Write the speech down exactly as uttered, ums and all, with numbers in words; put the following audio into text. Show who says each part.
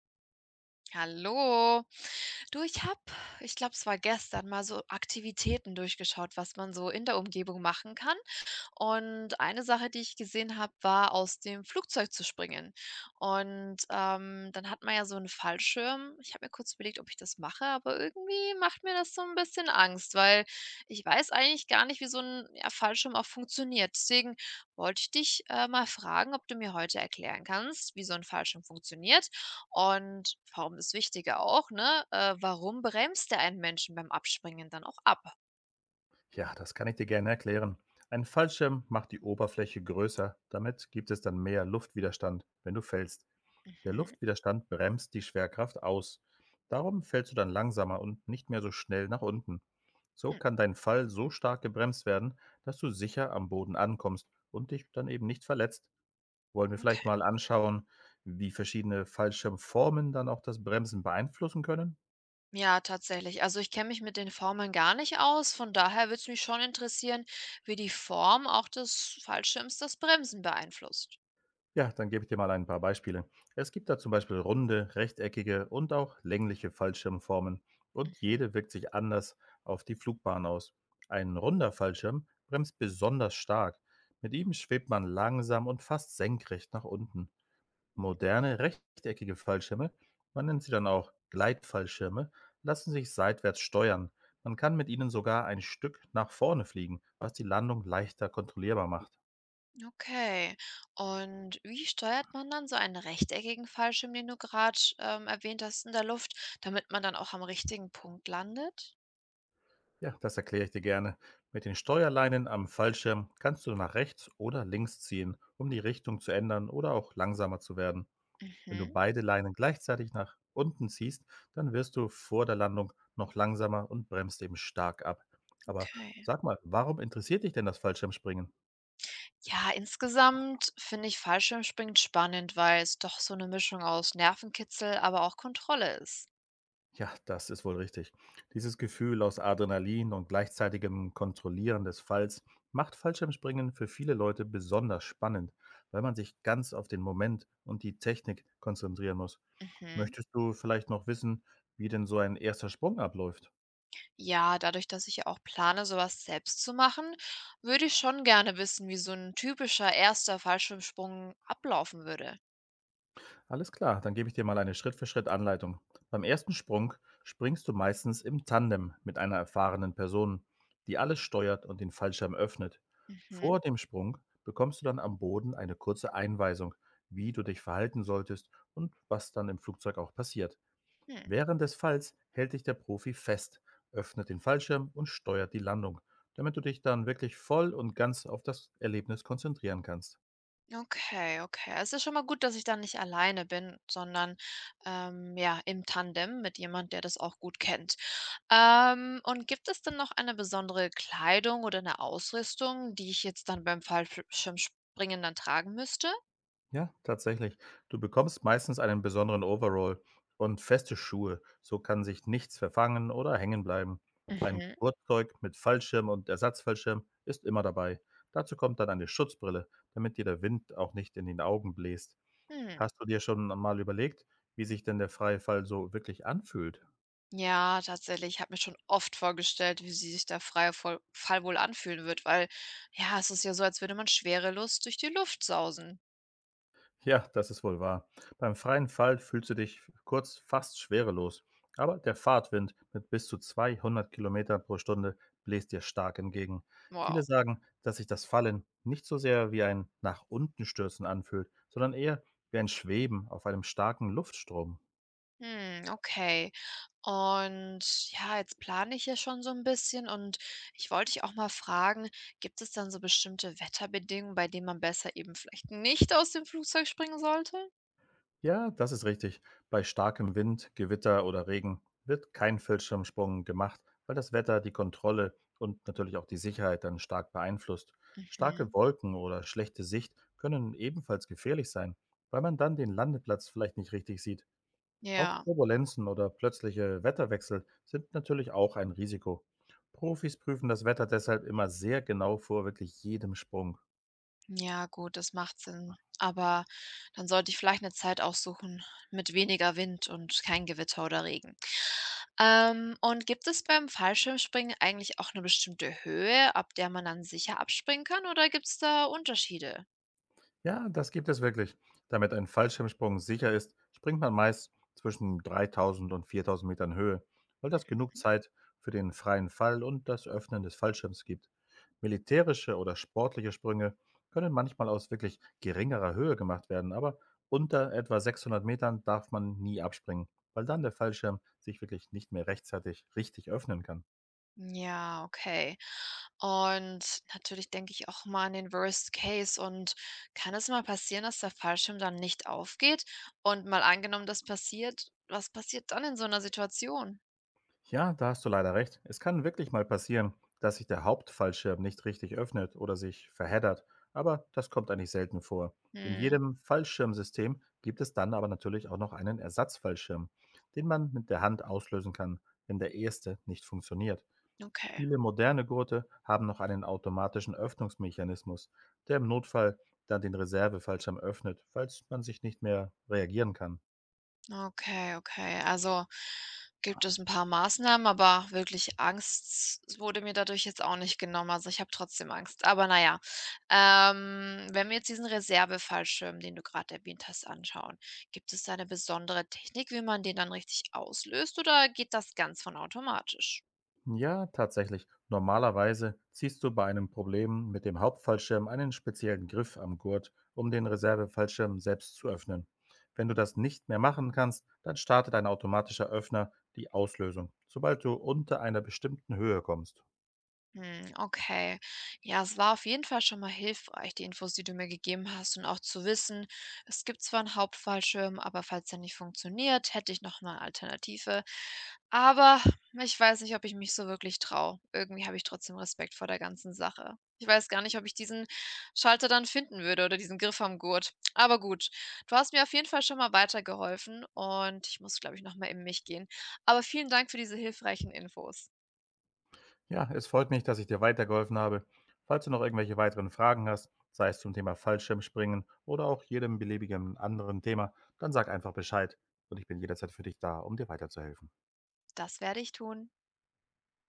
Speaker 1: Hallo. Du, ich habe ich glaube, es war gestern, mal so Aktivitäten durchgeschaut, was man so in der Umgebung machen kann. Und eine Sache, die ich gesehen habe, war, aus dem Flugzeug zu springen. Und, ähm, dann hat man ja so einen Fallschirm. Ich habe mir kurz überlegt, ob ich das mache, aber irgendwie macht mir das so ein bisschen Angst, weil ich weiß eigentlich gar nicht, wie so ein ja, Fallschirm auch funktioniert. Deswegen wollte ich dich, äh, mal fragen, ob du mir heute erklären kannst, wie so ein Fallschirm funktioniert und warum das Wichtige auch, ne, äh, warum bremst der einen Menschen beim Abspringen dann auch ab?
Speaker 2: Ja, das kann ich dir gerne erklären. Ein Fallschirm macht die Oberfläche größer, damit gibt es dann mehr Luftwiderstand, wenn du fällst. Der
Speaker 1: Mhm.
Speaker 2: Luftwiderstand bremst die Schwerkraft aus. Darum fällst du dann langsamer und nicht mehr so schnell nach unten. So
Speaker 1: Hm.
Speaker 2: kann dein Fall so stark gebremst werden, dass du sicher am Boden ankommst und dich dann eben nicht verletzt. Wollen wir vielleicht
Speaker 1: Okay.
Speaker 2: mal anschauen, wie verschiedene Fallschirmformen dann auch das Bremsen beeinflussen können?
Speaker 1: Ja, tatsächlich. Also ich kenne mich mit den Formeln gar nicht aus. Von daher würde es mich schon interessieren, wie die Form auch des Fallschirms das Bremsen beeinflusst.
Speaker 2: Ja, dann gebe ich dir mal ein paar Beispiele. Es gibt da zum Beispiel runde, rechteckige und auch längliche Fallschirmformen und
Speaker 1: Mhm.
Speaker 2: jede wirkt sich anders auf die Flugbahn aus. Ein runder Fallschirm bremst besonders stark. Mit ihm schwebt man langsam und fast senkrecht nach unten.
Speaker 1: Mhm.
Speaker 2: Moderne rechteckige Fallschirme, man nennt sie dann auch Gleitfallschirme, lassen sich seitwärts steuern. Man kann mit ihnen sogar ein Stück nach vorne fliegen, was die Landung leichter kontrollierbar macht.
Speaker 1: Okay. Und wie steuert man dann so einen rechteckigen Fallschirm, den du gerade ähm, erwähnt hast, in der Luft, damit man dann auch am richtigen Punkt landet?
Speaker 2: Ja, das erkläre ich dir gerne. Mit den Steuerleinen am Fallschirm kannst du nach rechts oder links ziehen, um die Richtung zu ändern oder auch langsamer zu werden. Wenn du
Speaker 1: Mhm.
Speaker 2: beide Leinen gleichzeitig nach unten ziehst, dann wirst du vor der Landung noch langsamer und bremst eben stark ab. Aber
Speaker 1: Okay.
Speaker 2: sag mal, warum interessiert dich denn das Fallschirmspringen?
Speaker 1: Ja, insgesamt finde ich Fallschirmspringen spannend, weil es doch so eine Mischung aus Nervenkitzel, aber auch Kontrolle ist.
Speaker 2: Ja, das ist wohl richtig. Dieses Gefühl aus Adrenalin und gleichzeitigem Kontrollieren des Falls macht Fallschirmspringen für viele Leute besonders spannend, weil man sich ganz auf den Moment und die Technik konzentrieren muss.
Speaker 1: Mhm.
Speaker 2: Möchtest du vielleicht noch wissen, wie denn so ein erster Sprung abläuft?
Speaker 1: Ja, dadurch, dass ich ja auch plane, sowas selbst zu machen, würde ich schon gerne wissen, wie so ein typischer erster Fallschirmsprung ablaufen würde.
Speaker 2: Alles klar, dann gebe ich dir mal eine Schritt-für-Schritt-Anleitung. Beim ersten Sprung springst du meistens im Tandem mit einer erfahrenen Person, die alles steuert und den Fallschirm öffnet.
Speaker 1: Mhm.
Speaker 2: Vor dem Sprung bekommst du dann am Boden eine kurze Einweisung, wie du dich verhalten solltest und was dann im Flugzeug auch passiert.
Speaker 1: Hm.
Speaker 2: Während des Falls hält dich der Profi fest, öffnet den Fallschirm und steuert die Landung, damit du dich dann wirklich voll und ganz auf das Erlebnis konzentrieren kannst.
Speaker 1: Okay, okay. Es ist schon mal gut, dass ich dann nicht alleine bin, sondern, ähm, ja, im Tandem mit jemand, der das auch gut kennt. Ähm, und gibt es denn noch eine besondere Kleidung oder eine Ausrüstung, die ich jetzt dann beim Fallschirmspringen dann tragen müsste?
Speaker 2: Ja, tatsächlich. Du bekommst meistens einen besonderen Overall und feste Schuhe. So kann sich nichts verfangen oder hängen bleiben. Ein
Speaker 1: Mhm.
Speaker 2: Gurtzeug mit Fallschirm und Ersatzfallschirm ist immer dabei. Dazu kommt dann eine Schutzbrille, damit dir der Wind auch nicht in den Augen bläst.
Speaker 1: Hm.
Speaker 2: Hast du dir schon mal überlegt, wie sich denn der freie Fall so wirklich anfühlt?
Speaker 1: Ja, tatsächlich. Ich habe mir schon oft vorgestellt, wie sie sich der freie Voll Fall wohl anfühlen wird, weil ja, es ist ja so, als würde man schwerelos durch die Luft sausen.
Speaker 2: Ja, das ist wohl wahr. Beim freien Fall fühlst du dich kurz fast schwerelos. Aber der Fahrtwind mit bis zu zweihundert Kilometer pro Stunde bläst dir stark entgegen.
Speaker 1: Wow.
Speaker 2: Viele sagen, dass sich das Fallen nicht so sehr wie ein nach unten stürzen anfühlt, sondern eher wie ein Schweben auf einem starken Luftstrom.
Speaker 1: Hm, okay. Und ja, jetzt plane ich ja schon so ein bisschen und ich wollte dich auch mal fragen, gibt es dann so bestimmte Wetterbedingungen, bei denen man besser eben vielleicht nicht aus dem Flugzeug springen sollte?
Speaker 2: Ja, das ist richtig. Bei starkem Wind, Gewitter oder Regen wird kein Fallschirmsprung gemacht, weil das Wetter die Kontrolle und natürlich auch die Sicherheit dann stark beeinflusst. Starke
Speaker 1: Mhm.
Speaker 2: Wolken oder schlechte Sicht können ebenfalls gefährlich sein, weil man dann den Landeplatz vielleicht nicht richtig sieht. Auch
Speaker 1: Ja.
Speaker 2: Turbulenzen oder plötzliche Wetterwechsel sind natürlich auch ein Risiko. Profis prüfen das Wetter deshalb immer sehr genau vor wirklich jedem Sprung.
Speaker 1: Ja, gut, das macht Sinn. Aber dann sollte ich vielleicht eine Zeit aussuchen mit weniger Wind und kein Gewitter oder Regen. Ähm, und gibt es beim Fallschirmspringen eigentlich auch eine bestimmte Höhe, ab der man dann sicher abspringen kann oder gibt es da Unterschiede?
Speaker 2: Ja, das gibt es wirklich. Damit ein Fallschirmsprung sicher ist, springt man meist zwischen dreitausend und viertausend Metern Höhe, weil das genug Zeit für den freien Fall und das Öffnen des Fallschirms gibt. Militärische oder sportliche Sprünge können manchmal aus wirklich geringerer Höhe gemacht werden, aber unter etwa sechshundert Metern darf man nie abspringen, weil dann der Fallschirm sich wirklich nicht mehr rechtzeitig richtig öffnen kann.
Speaker 1: Ja, okay. Und natürlich denke ich auch mal an den Worst Case. Und kann es mal passieren, dass der Fallschirm dann nicht aufgeht? Und mal angenommen, das passiert, was passiert dann in so einer Situation?
Speaker 2: Ja, da hast du leider recht. Es kann wirklich mal passieren, dass sich der Hauptfallschirm nicht richtig öffnet oder sich verheddert, aber das kommt eigentlich selten vor. In
Speaker 1: Hm,
Speaker 2: jedem Fallschirmsystem gibt es dann aber natürlich auch noch einen Ersatzfallschirm, den man mit der Hand auslösen kann, wenn der erste nicht funktioniert.
Speaker 1: okay.
Speaker 2: Viele moderne Gurte haben noch einen automatischen Öffnungsmechanismus, der im Notfall dann den Reservefallschirm öffnet, falls man sich nicht mehr reagieren kann.
Speaker 1: Okay, okay. Also gibt es ein paar Maßnahmen, aber wirklich Angst wurde mir dadurch jetzt auch nicht genommen. Also, ich habe trotzdem Angst. Aber naja, ähm, wenn wir jetzt diesen Reserve-Fallschirm, den du gerade erwähnt hast, anschauen, gibt es da eine besondere Technik, wie man den dann richtig auslöst oder geht das ganz von automatisch?
Speaker 2: Ja, tatsächlich. Normalerweise ziehst du bei einem Problem mit dem Hauptfallschirm einen speziellen Griff am Gurt, um den Reservefallschirm selbst zu öffnen. Wenn du das nicht mehr machen kannst, dann startet ein automatischer Öffner die Auslösung, sobald du unter einer bestimmten Höhe kommst.
Speaker 1: Hm, okay. Ja, es war auf jeden Fall schon mal hilfreich, die Infos, die du mir gegeben hast und auch zu wissen, es gibt zwar 'n Hauptfallschirm, aber falls der nicht funktioniert, hätte ich noch 'ne Alternative. Aber ich weiß nicht, ob ich mich so wirklich traue. Irgendwie habe ich trotzdem Respekt vor der ganzen Sache. Ich weiß gar nicht, ob ich diesen Schalter dann finden würde oder diesen Griff am Gurt. Aber gut, du hast mir auf jeden Fall schon mal weitergeholfen und ich muss, glaube ich, noch mal in mich gehen. Aber vielen Dank für diese hilfreichen Infos.
Speaker 2: Ja, es freut mich, dass ich dir weitergeholfen habe. Falls du noch irgendwelche weiteren Fragen hast, sei es zum Thema Fallschirmspringen oder auch jedem beliebigen anderen Thema, dann sag einfach Bescheid und ich bin jederzeit für dich da, um dir weiterzuhelfen.
Speaker 1: Das werde ich tun.